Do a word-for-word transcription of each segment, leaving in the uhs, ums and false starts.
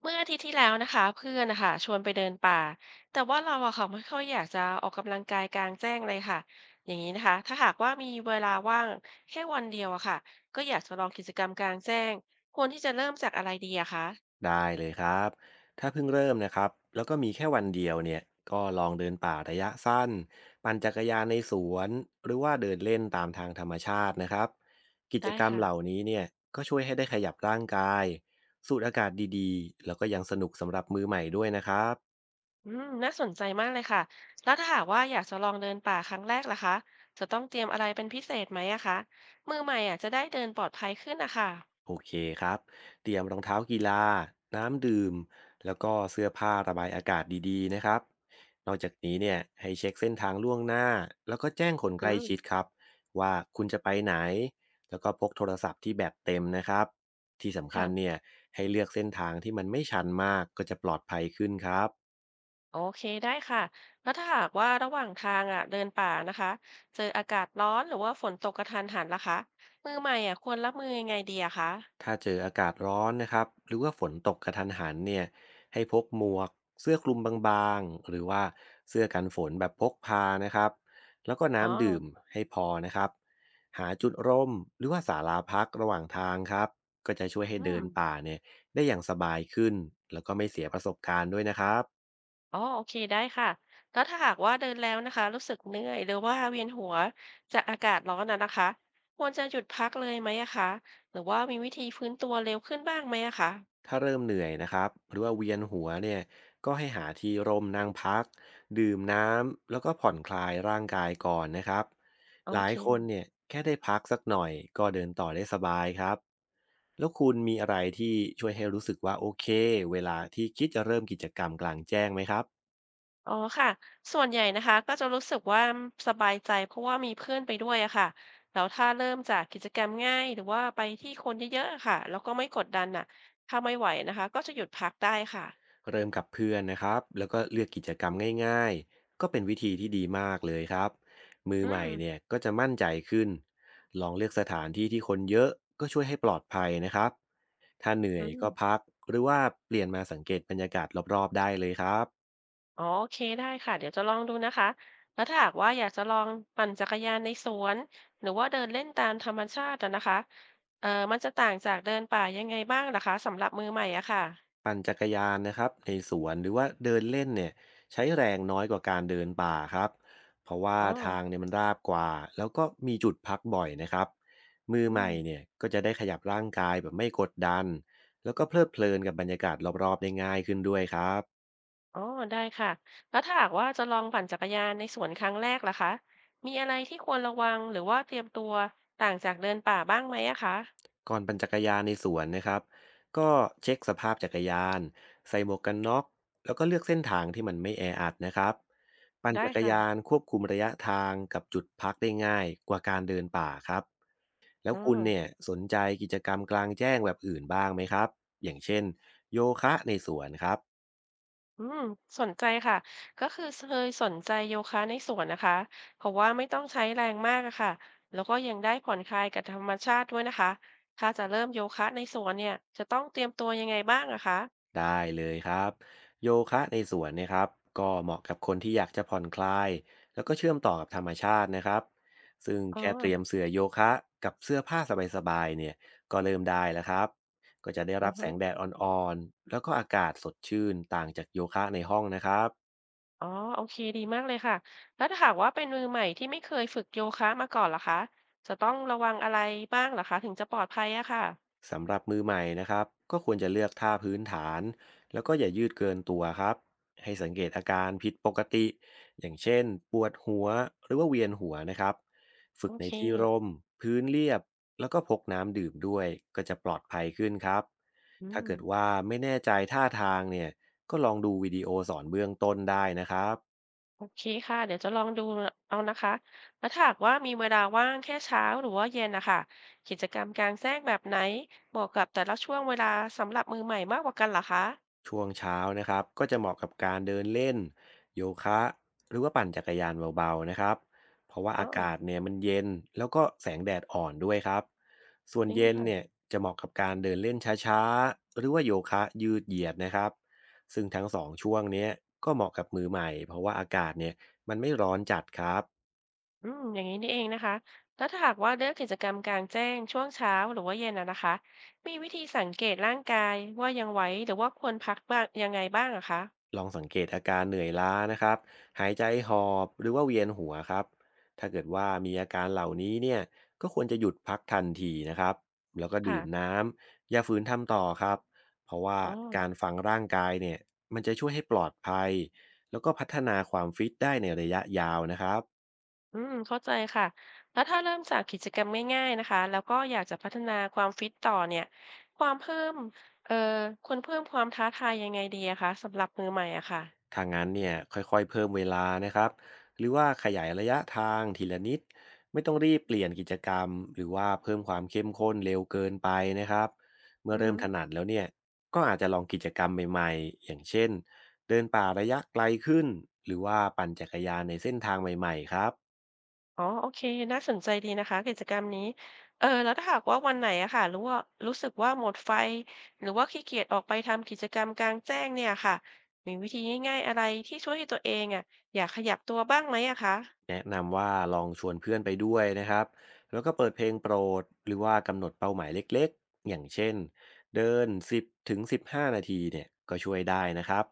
เมื่ออาทิตย์ที่แล้วนะคะเพื่อนนะคะชวนไปเดินป่าแต่ว่าเราอะค่ะไม่ค่อยอยากจะออกกำลังกายกลางแจ้งเลยค่ะอย่างนี้นะคะถ้าหากว่ามีเวลาว่างแค่วันเดียวอะค่ะก็อยากจะลองกิจกรรมกลางแจ้งควรที่จะเริ่มจากอะไรดีอะคะได้เลยครับถ้าเพิ่งเริ่มนะครับแล้วก็มีแค่วันเดียวเนี่ยก็ลองเดินป่าระยะสั้นปั่นจักรยานในสวนหรือว่าเดินเล่นตามทางธรรมชาตินะครับกิจได้กรรมค่ะเหล่านี้เนี่ยก็ช่วยให้ได้ขยับร่างกายสูดอากาศดีๆแล้วก็ยังสนุกสำหรับมือใหม่ด้วยนะครับ อืมน่าสนใจมากเลยค่ะแล้วถ้าหากว่าอยากจะลองเดินป่าครั้งแรกล่ะคะจะต้องเตรียมอะไรเป็นพิเศษไหมอะคะมือใหม่อะจะได้เดินปลอดภัยขึ้นนะคะโอเคครับเตรียมรองเท้ากีฬาน้ำดื่มแล้วก็เสื้อผ้าระบายอากาศดีๆนะครับนอกจากนี้เนี่ยให้เช็คเส้นทางล่วงหน้าแล้วก็แจ้งคนใกอืล้ชิดมครับว่าคุณจะไปไหนแล้วก็พกโทรศัพท์ที่แบบเต็มนะครับที่สำคัญค่ะ เนี่ยให้เลือกเส้นทางที่มันไม่ชันมากก็จะปลอดภัยขึ้นครับ โอเคได้ค่ะแล้วถ้าหากว่าระหว่างทางอ่ะเดินป่านะคะเจออากาศร้อนหรือว่าฝนตกกระทันหันล่ะคะมือใหม่อ่ะควรรับมือยังไงดีอะคะถ้าเจออากาศร้อนนะครับหรือว่าฝนตกกระทันหันเนี่ยให้พกหมวกเสื้อคลุมบางๆหรือว่าเสื้อกันฝนแบบพกพานะครับแล้วก็อ๋อน้ำดื่มให้พอนะครับหาจุดร่มหรือว่าศาลาพักระหว่างทางครับก็จะช่วยให้อืเดิมนป่าเนี่ยได้อย่างสบายขึ้นแล้วก็ไม่เสียประสบการณ์ด้วยนะครับ อ๋อโอเคได้ค่ะแล้วถ้าหากว่าเดินแล้วนะคะรู้สึกเหนื่อยหรือว่าเวียนหัวจากอากาศร้อนน่ะนะคะควรจะหยุดพักเลยไหมอะคะหรือว่ามีวิธีฟื้นตัวเร็วขึ้นบ้างไหมอะคะถ้าเริ่มเหนื่อยนะครับหรือว่าเวียนหัวเนี่ยก็ให้หาที่ร่มนั่งพักดื่มน้ำแล้วก็ผ่อนคลายร่างกายก่อนนะครับโอหลายเค คนเนี่ยแค่ได้พักสักหน่อยก็เดินต่อได้สบายครับแล้วคุณมีอะไรที่ช่วยให้รู้สึกว่าโอเคเวลาที่คิดจะเริ่มกิจกรรมกลางแจ้งไหมครับ อ๋อค่ะส่วนใหญ่นะคะก็จะรู้สึกว่าสบายใจเพราะว่ามีเพื่อนไปด้วยอะค่ะแล้วถ้าเริ่มจากกิจกรรมง่ายหรือว่าไปที่คนเยอะๆอะค่ะแล้วก็ไม่กดดันน่ะถ้าไม่ไหวนะคะก็จะหยุดพักได้ค่ะเริ่มกับเพื่อนนะครับแล้วก็เลือกกิจกรรมง่ายๆก็เป็นวิธีที่ดีมากเลยครับมืออืใหม่มเนี่ยก็จะมั่นใจขึ้นลองเลือกสถานที่ที่คนเยอะก็ช่วยให้ปลอดภัยนะครับถ้าเหนื่ออืยมก็พักหรือว่าเปลี่ยนมาสังเกตบรรยากาศรอบๆได้เลยครับ อ๋อโอเคได้ค่ะเดี๋ยวจะลองดูนะคะแล้วถ้าหากว่าอยากจะลองปั่นจักรยานในสวนหรือว่าเดินเล่นตามธรรมชาติอะนะคะเอ่อมันจะต่างจากเดินป่ายังไงบ้างล่ะคะสำหรับมือใหม่อะค่ะปั่นจักรยานนะครับในสวนหรือว่าเดินเล่นเนี่ยใช้แรงน้อยกว่าการเดินป่าครับเพราะว่าอ๋อทางเนี่ยมันราบกว่าแล้วก็มีจุดพักบ่อยนะครับมืออืใหม่เนี่ม ยก็จะได้ขยับร่างกายแบบไม่กดดันแล้วก็เพลิดเพลินกับบรรยากาศรอบๆได้ง่ายขึ้นด้วยครับอ๋อได้ค่ะแล้วถ้าหากว่าจะลองปั่นจักรยานในสวนครั้งแรกล่ะคะมีอะไรที่ควรระวังหรือว่าเตรียมตัวต่างจากเดินป่าบ้างไหมอะคะก่อนปั่นจักรยานในสวนนะครับก็เช็คสภาพจักรยานใส่หมวกกันน็อกแล้วก็เลือกเส้นทางที่มันไม่แออัดนะครับปั่นได้จักรค่ะยานควบคุมระยะทางกับจุดพักได้ง่ายกว่าการเดินป่าครับ แล้วอ๋อคุณเนี่ยสนใจกิจกรรมกลางแจ้งแบบอื่นบ้างไหมครับอย่างเช่นโยคะในสวนครับอืมสนใจค่ะก็คือเคยสนใจโยคะในสวนนะคะเพราะว่าไม่ต้องใช้แรงมากอะค่ะแล้วก็ยังได้ผ่อนคลายกับธรรมชาติด้วยนะคะถ้าจะเริ่มโยคะในสวนเนี่ยจะต้องเตรียมตัวยังไงบ้างอะคะได้เลยครับโยคะในสวนเนะครับก็เหมาะกับคนที่อยากจะผ่อนคลายแล้วก็เชื่อมต่อกับธรรมชาตินะครับซึ่งอ๋อแค่เตรียมเสื้อโยคะกับเสื้อผ้าสบายๆเนี่ยก็เริ่มได้แล้วครับก็จะได้อืรัอบแสฮึ งแดดอ่อนๆแล้วก็อากาศสดชื่นต่างจากโยคะในห้องนะครับ อ๋อ โอเคดีมากเลยค่ะ แล้วถ้าหากว่าเป็นมือใหม่ที่ไม่เคยฝึกโยคะมาก่อนล่ะคะจะต้องระวังอะไรบ้างหรอคะถึงจะปลอดภัยอะค่ะสำหรับมือใหม่นะครับก็ควรจะเลือกท่าพื้นฐานแล้วก็อย่ายืดเกินตัวครับให้สังเกตอาการผิดปกติอย่างเช่นปวดหัวหรือว่าเวียนหัวนะครับฝึโอกในเคที่ร่มพื้นเรียบแล้วก็พกน้ำดื่มด้วยก็จะปลอดภัยขึ้นครับอืถ้ามเกิดว่าไม่แน่ใจท่าทางเนี่ยก็ลองดูวิดีโอสอนเบื้องต้นได้นะครับ โอเคค่ะเดี๋ยวจะลองดูเอานะคะ แล้วถ้าหากว่ามีเวลาว่างแค่เช้าหรือว่าเย็นนะคะกิจกรรมกลางแจ้งแบบไหนเหมาะกับแต่ละช่วงเวลาสำหรับมือใหม่มากกว่ากันหรอคะช่วงเช้านะครับก็จะเหมาะกับการเดินเล่นโยคะหรือว่าปั่นจักรยานเบาๆนะครับเพราะว่าอ๋ออากาศเนี่ยมันเย็นแล้วก็แสงแดดอ่อนด้วยครับส่วนจริงเย็นค่ะ เนี่ยจะเหมาะกับการเดินเล่นช้าๆหรือว่าโยคะยืดเหยียดนะครับซึ่งทั้งสองช่วงเนี้ยก็เหมาะกับมือใหม่เพราะว่าอากาศเนี่ยมันไม่ร้อนจัดครับ อืมอย่างนี้นี่เองนะคะแล้วถ้าหากว่าเลือกกิจกรรมกลางแจ้งช่วงเช้าหรือว่าเย็นอะนะคะมีวิธีสังเกตร่างกายว่ายังไหวหรือว่าควรพักบ้างยังไงบ้างอะคะลองสังเกตอาการเหนื่อยล้านะครับหายใจหอบหรือว่าเวียนหัวครับถ้าเกิดว่ามีอาการเหล่านี้เนี่ยก็ควรจะหยุดพักทันทีนะครับแล้วก็ค่ะดื่มน้ำอย่าฝืนทำต่อครับเพราะว่าอ๋อการฟังร่างกายเนี่ยมันจะช่วยให้ปลอดภัย แล้วก็พัฒนาความฟิตได้ในระยะยาวนะครับ อืมเข้าใจค่ะแล้วถ้าเริ่มจากกิจกรรมง่ายๆนะคะแล้วก็อยากจะพัฒนาความฟิตต่อเนี่ยความเพิ่มเอ่อควรเพิ่มความท้าทายยังไงดีอะคะสำหรับมือใหม่อะค่ะถ้างั้นเนี่ยค่อยๆเพิ่มเวลานะครับหรือว่าขยายระยะทางทีละนิดไม่ต้องรีบเปลี่ยนกิจกรรมหรือว่าเพิ่มความเข้มข้นเร็วเกินไปนะครับเมื่ออือเริ่ฮึ มถนัดแล้วเนี่ยก็อาจจะลองกิจกรรมใหม่ๆอย่างเช่นเดินป่าระยะไกลขึ้นหรือว่าปั่นจักรยานในเส้นทางใหม่ๆครับอ๋อโอเคน่าสนใจดีนะคะกิจกรรมนี้ เออ แล้วถ้าหากว่าวันไหนอะค่ะรู้ว่ารู้สึกว่าหมดไฟหรือว่าขี้เกียจออกไปทำกิจกรรมกลางแจ้งเนี่ยค่ะมีวิธีง่ายๆอะไรที่ช่วยให้ตัวเองอะอยากขยับตัวบ้างไหมอะคะแนะนำว่าลองชวนเพื่อนไปด้วยนะครับแล้วก็เปิดเพลงโปรดหรือว่ากำหนดเป้าหมายเล็กๆอย่างเช่นเดินสิบถึงสิบห้านาทีเนี่ยก็ช่วยได้นะครับ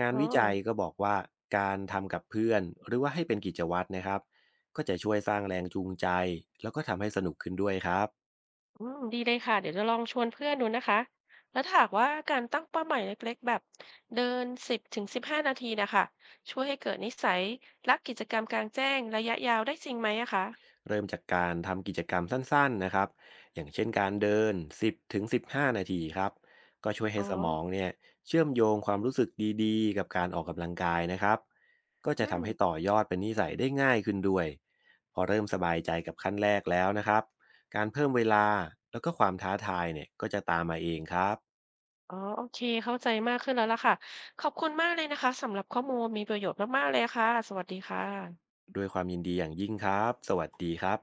งานอ๋อวิจัยก็บอกว่าการทำกับเพื่อนหรือว่าให้เป็นกิจวัตรนะครับก็จะช่วยสร้างแรงจูงใจแล้วก็ทำให้สนุกขึ้นด้วยครับอืมดีเลยค่ะ เดี๋ยวจะลองชวนเพื่อนดูนะคะ แล้วถ้าหากว่าการตั้งเป้าหมายเล็กๆแบบเดินสิบถึงสิบห้านาทีนะคะช่วยให้เกิดนิสัยรักกิจกรรมกลางแจ้งระยะยาวได้จริงไหมอะคะเริ่มจากการทำกิจกรรมสั้นๆนะครับอย่างเช่นการเดินสิบถึงสิบห้านาทีครับก็ช่วยให้อ๋อสมองเนี่ยเชื่อมโยงความรู้สึกดีๆกับการออกกำลังกายนะครับก็จะอืทำม ให้ต่อยอดเป็นนิสัยได้ง่ายขึ้นด้วยพอเริ่มสบายใจกับขั้นแรกแล้วนะครับการเพิ่มเวลาแล้วก็ความท้าทายเนี่ยก็จะตามมาเองครับ อ๋อโอเคเข้าใจมากขึ้นแล้วล่ะค่ะขอบคุณมากเลยนะคะสำหรับข้อมูลมีประโยชน์มากๆเลยค่ะสวัสดีค่ะด้วยความยินดีอย่างยิ่งครับ สวัสดีครับ